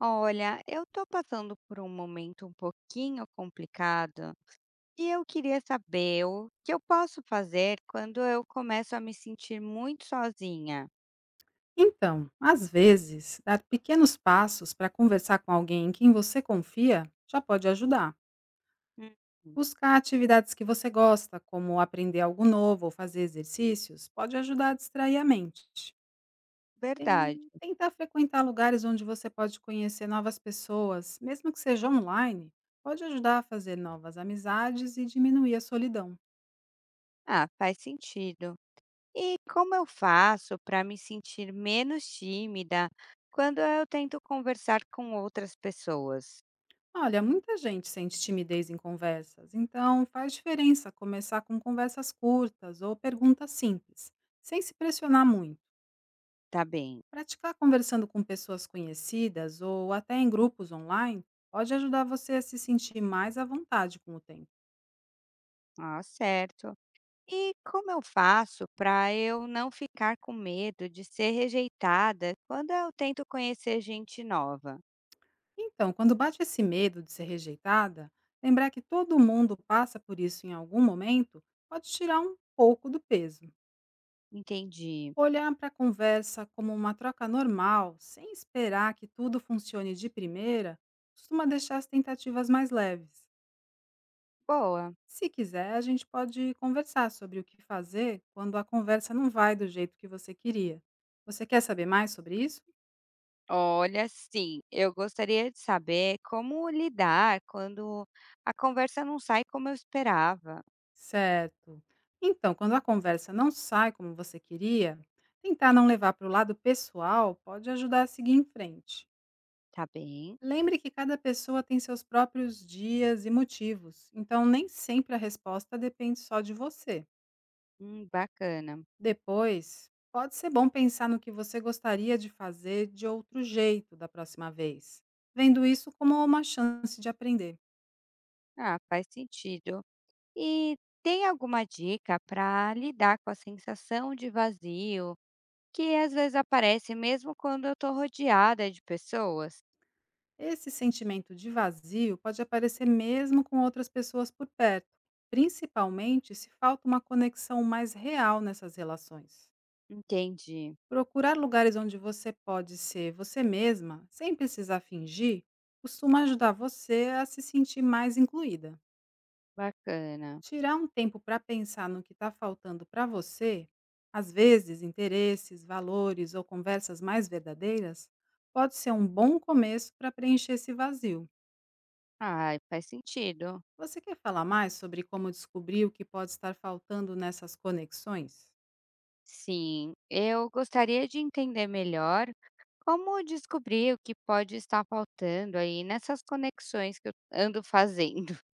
Olha, eu estou passando por um momento um pouquinho complicado e eu queria saber o que eu posso fazer quando eu começo a me sentir muito sozinha. Então, às vezes, dar pequenos passos para conversar com alguém em quem você confia já pode ajudar. Hum, Buscar atividades que você gosta, como aprender algo novo ou fazer exercícios, pode ajudar a distrair a mente. verdade. Tentar frequentar lugares onde você pode conhecer novas pessoas, mesmo que seja online, pode ajudar a fazer novas amizades e diminuir a solidão. Ah, faz sentido. E como eu faço para me sentir menos tímida quando eu tento conversar com outras pessoas? Olha, muita gente sente timidez em conversas, então faz diferença começar com conversas curtas ou perguntas simples, sem se pressionar muito. Tá bem. Praticar conversando com pessoas conhecidas ou até em grupos online pode ajudar você a se sentir mais à vontade com o tempo. Ah, certo. E como eu faço para eu não ficar com medo de ser rejeitada quando eu tento conhecer gente nova? Então, quando bate esse medo de ser rejeitada, lembrar que todo mundo passa por isso em algum momento pode tirar um pouco do peso. Entendi. Olhar para a conversa como uma troca normal, sem esperar que tudo funcione de primeira, costuma deixar as tentativas mais leves. Boa. Se quiser, a gente pode conversar sobre o que fazer quando a conversa não vai do jeito que você queria. Você quer saber mais sobre isso? Olha, sim, eu gostaria de saber como lidar quando a conversa não sai como eu esperava. Certo. Então, quando a conversa não sai como você queria, tentar não levar para o lado pessoal pode ajudar a seguir em frente. Tá bem? Lembre que cada pessoa tem seus próprios dias e motivos, então nem sempre a resposta depende só de você. Bacana. Depois, pode ser bom pensar no que você gostaria de fazer de outro jeito da próxima vez, vendo isso como uma chance de aprender. Ah, faz sentido. E tem alguma dica para lidar com a sensação de vazio que às vezes aparece mesmo quando eu estou rodeada de pessoas? Esse sentimento de vazio pode aparecer mesmo com outras pessoas por perto, principalmente se falta uma conexão mais real nessas relações. Entendi, Procurar lugares onde você pode ser você mesma, sem precisar fingir, costuma ajudar você a se sentir mais incluída. bacana. Tirar um tempo para pensar no que está faltando para você, às vezes interesses, valores ou conversas mais verdadeiras, pode ser um bom começo para preencher esse vazio. Ah, faz sentido. Você quer falar mais sobre como descobrir o que pode estar faltando nessas conexões? Sim, eu gostaria de entender melhor como descobrir o que pode estar faltando aí nessas conexões que eu ando fazendo.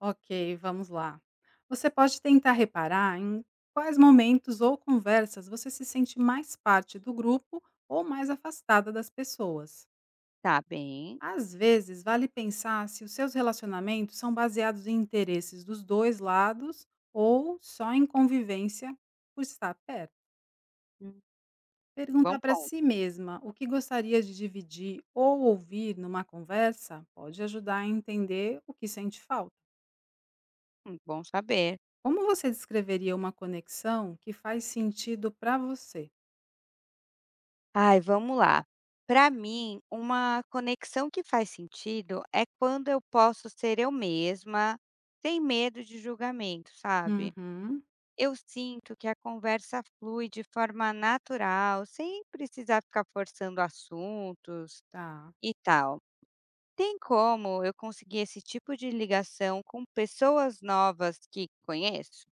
Ok, vamos lá. Você pode tentar reparar em quais momentos ou conversas você se sente mais parte do grupo ou mais afastada das pessoas. Tá bem. Às vezes, vale pensar se os seus relacionamentos são baseados em interesses dos dois lados ou só em convivência por estar perto. hum, Bom Perguntar para si ponto. mesma o que gostaria de dividir ou ouvir numa conversa pode ajudar a entender o que sente falta. Bom saber. Como você descreveria uma conexão que faz sentido para você? Ai, vamos lá. Para mim, uma conexão que faz sentido é quando eu posso ser eu mesma, sem medo de julgamento, sabe? Uhum. Eu sinto que a conversa flui de forma natural, sem precisar ficar forçando assuntos Tá. e tal. Tem como eu conseguir esse tipo de ligação com pessoas novas que conheço?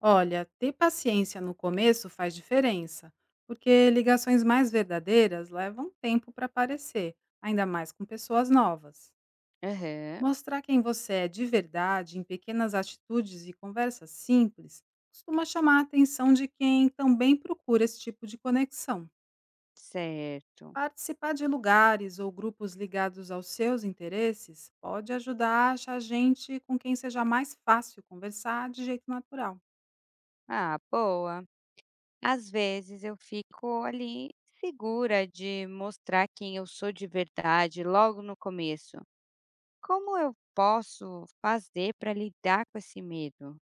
Olha, ter paciência no começo faz diferença, porque ligações mais verdadeiras levam tempo para aparecer, ainda mais com pessoas novas. Aham, Mostrar quem você é de verdade em pequenas atitudes e conversas simples costuma chamar a atenção de quem também procura esse tipo de conexão. certo. Participar de lugares ou grupos ligados aos seus interesses pode ajudar a achar gente com quem seja mais fácil conversar de jeito natural. Ah, boa. Às vezes eu fico ali segura de mostrar quem eu sou de verdade logo no começo. Como eu posso fazer para lidar com esse medo?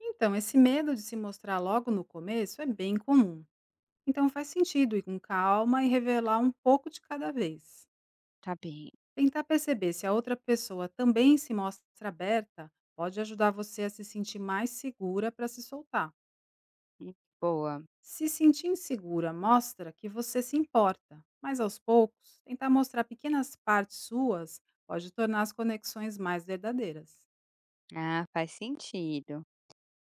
Então, esse medo de se mostrar logo no começo é bem comum. Então, faz sentido ir com calma e revelar um pouco de cada vez. Tá bem. Tentar perceber se a outra pessoa também se mostra aberta pode ajudar você a se sentir mais segura para se soltar. hum, Boa. Se sentir insegura mostra que você se importa, mas aos poucos, tentar mostrar pequenas partes suas pode tornar as conexões mais verdadeiras. Ah, faz sentido.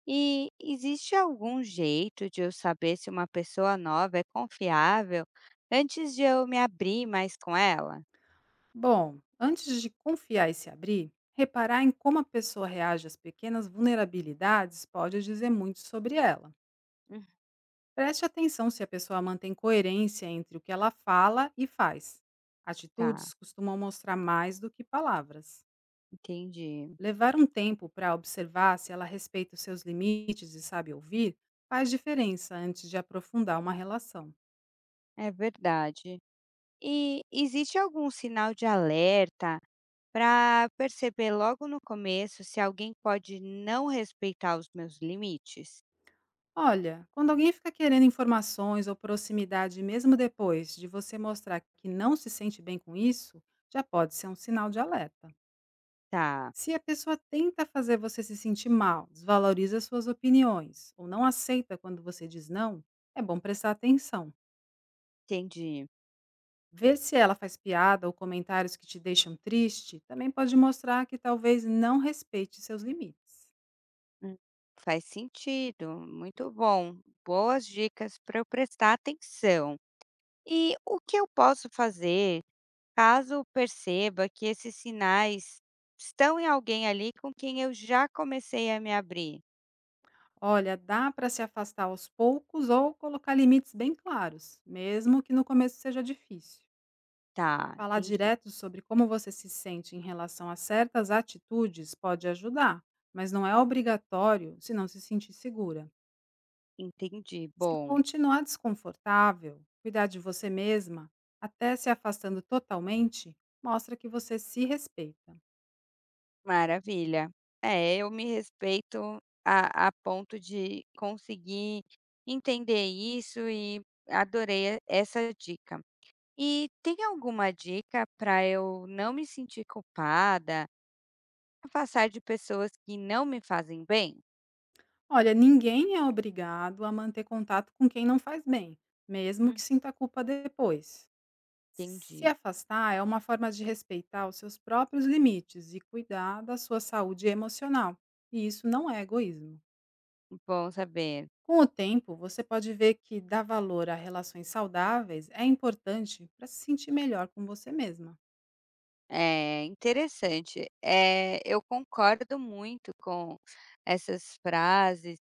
E existe algum jeito de eu saber se uma pessoa nova é confiável antes de eu me abrir mais com ela? Bom, antes de confiar e se abrir, reparar em como a pessoa reage às pequenas vulnerabilidades pode dizer muito sobre ela. Hum. Preste atenção se a pessoa mantém coerência entre o que ela fala e faz. Atitudes Tá, costumam mostrar mais do que palavras. entendi. Levar um tempo para observar se ela respeita os seus limites e sabe ouvir faz diferença antes de aprofundar uma relação. É verdade. E existe algum sinal de alerta para perceber logo no começo se alguém pode não respeitar os meus limites? Olha, quando alguém fica querendo informações ou proximidade mesmo depois de você mostrar que não se sente bem com isso, já pode ser um sinal de alerta. Tá, Se a pessoa tenta fazer você se sentir mal, desvaloriza suas opiniões ou não aceita quando você diz não, é bom prestar atenção. entendi. Ver se ela faz piada ou comentários que te deixam triste também pode mostrar que talvez não respeite seus limites. Hum, Faz sentido. Muito bom. Boas dicas para eu prestar atenção. E o que eu posso fazer caso perceba que esses sinais estão em alguém ali com quem eu já comecei a me abrir? Olha, dá para se afastar aos poucos ou colocar limites bem claros, mesmo que no começo seja difícil. Tá, Falar entendi, direto sobre como você se sente em relação a certas atitudes pode ajudar, mas não é obrigatório se não se sentir segura. entendi. Se Bom, continuar desconfortável, cuidar de você mesma, até se afastando totalmente, mostra que você se respeita. maravilha. É, eu me respeito a ponto de conseguir entender isso e adorei essa dica. E tem alguma dica para eu não me sentir culpada, afastar de pessoas que não me fazem bem? Olha, ninguém é obrigado a manter contato com quem não faz bem, mesmo que Hum, sinta culpa depois. Se entendi. afastar é uma forma de respeitar os seus próprios limites e cuidar da sua saúde emocional, e isso não é egoísmo. Bom saber. Com o tempo, você pode ver que dar valor a relações saudáveis é importante para se sentir melhor com você mesma. É interessante. É, eu concordo muito com essas frases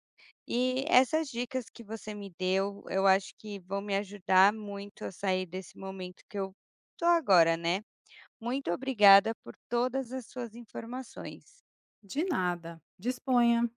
e essas dicas que você me deu, eu acho que vão me ajudar muito a sair desse momento que eu tô agora, né. Muito obrigada por todas as suas informações. De nada, disponha!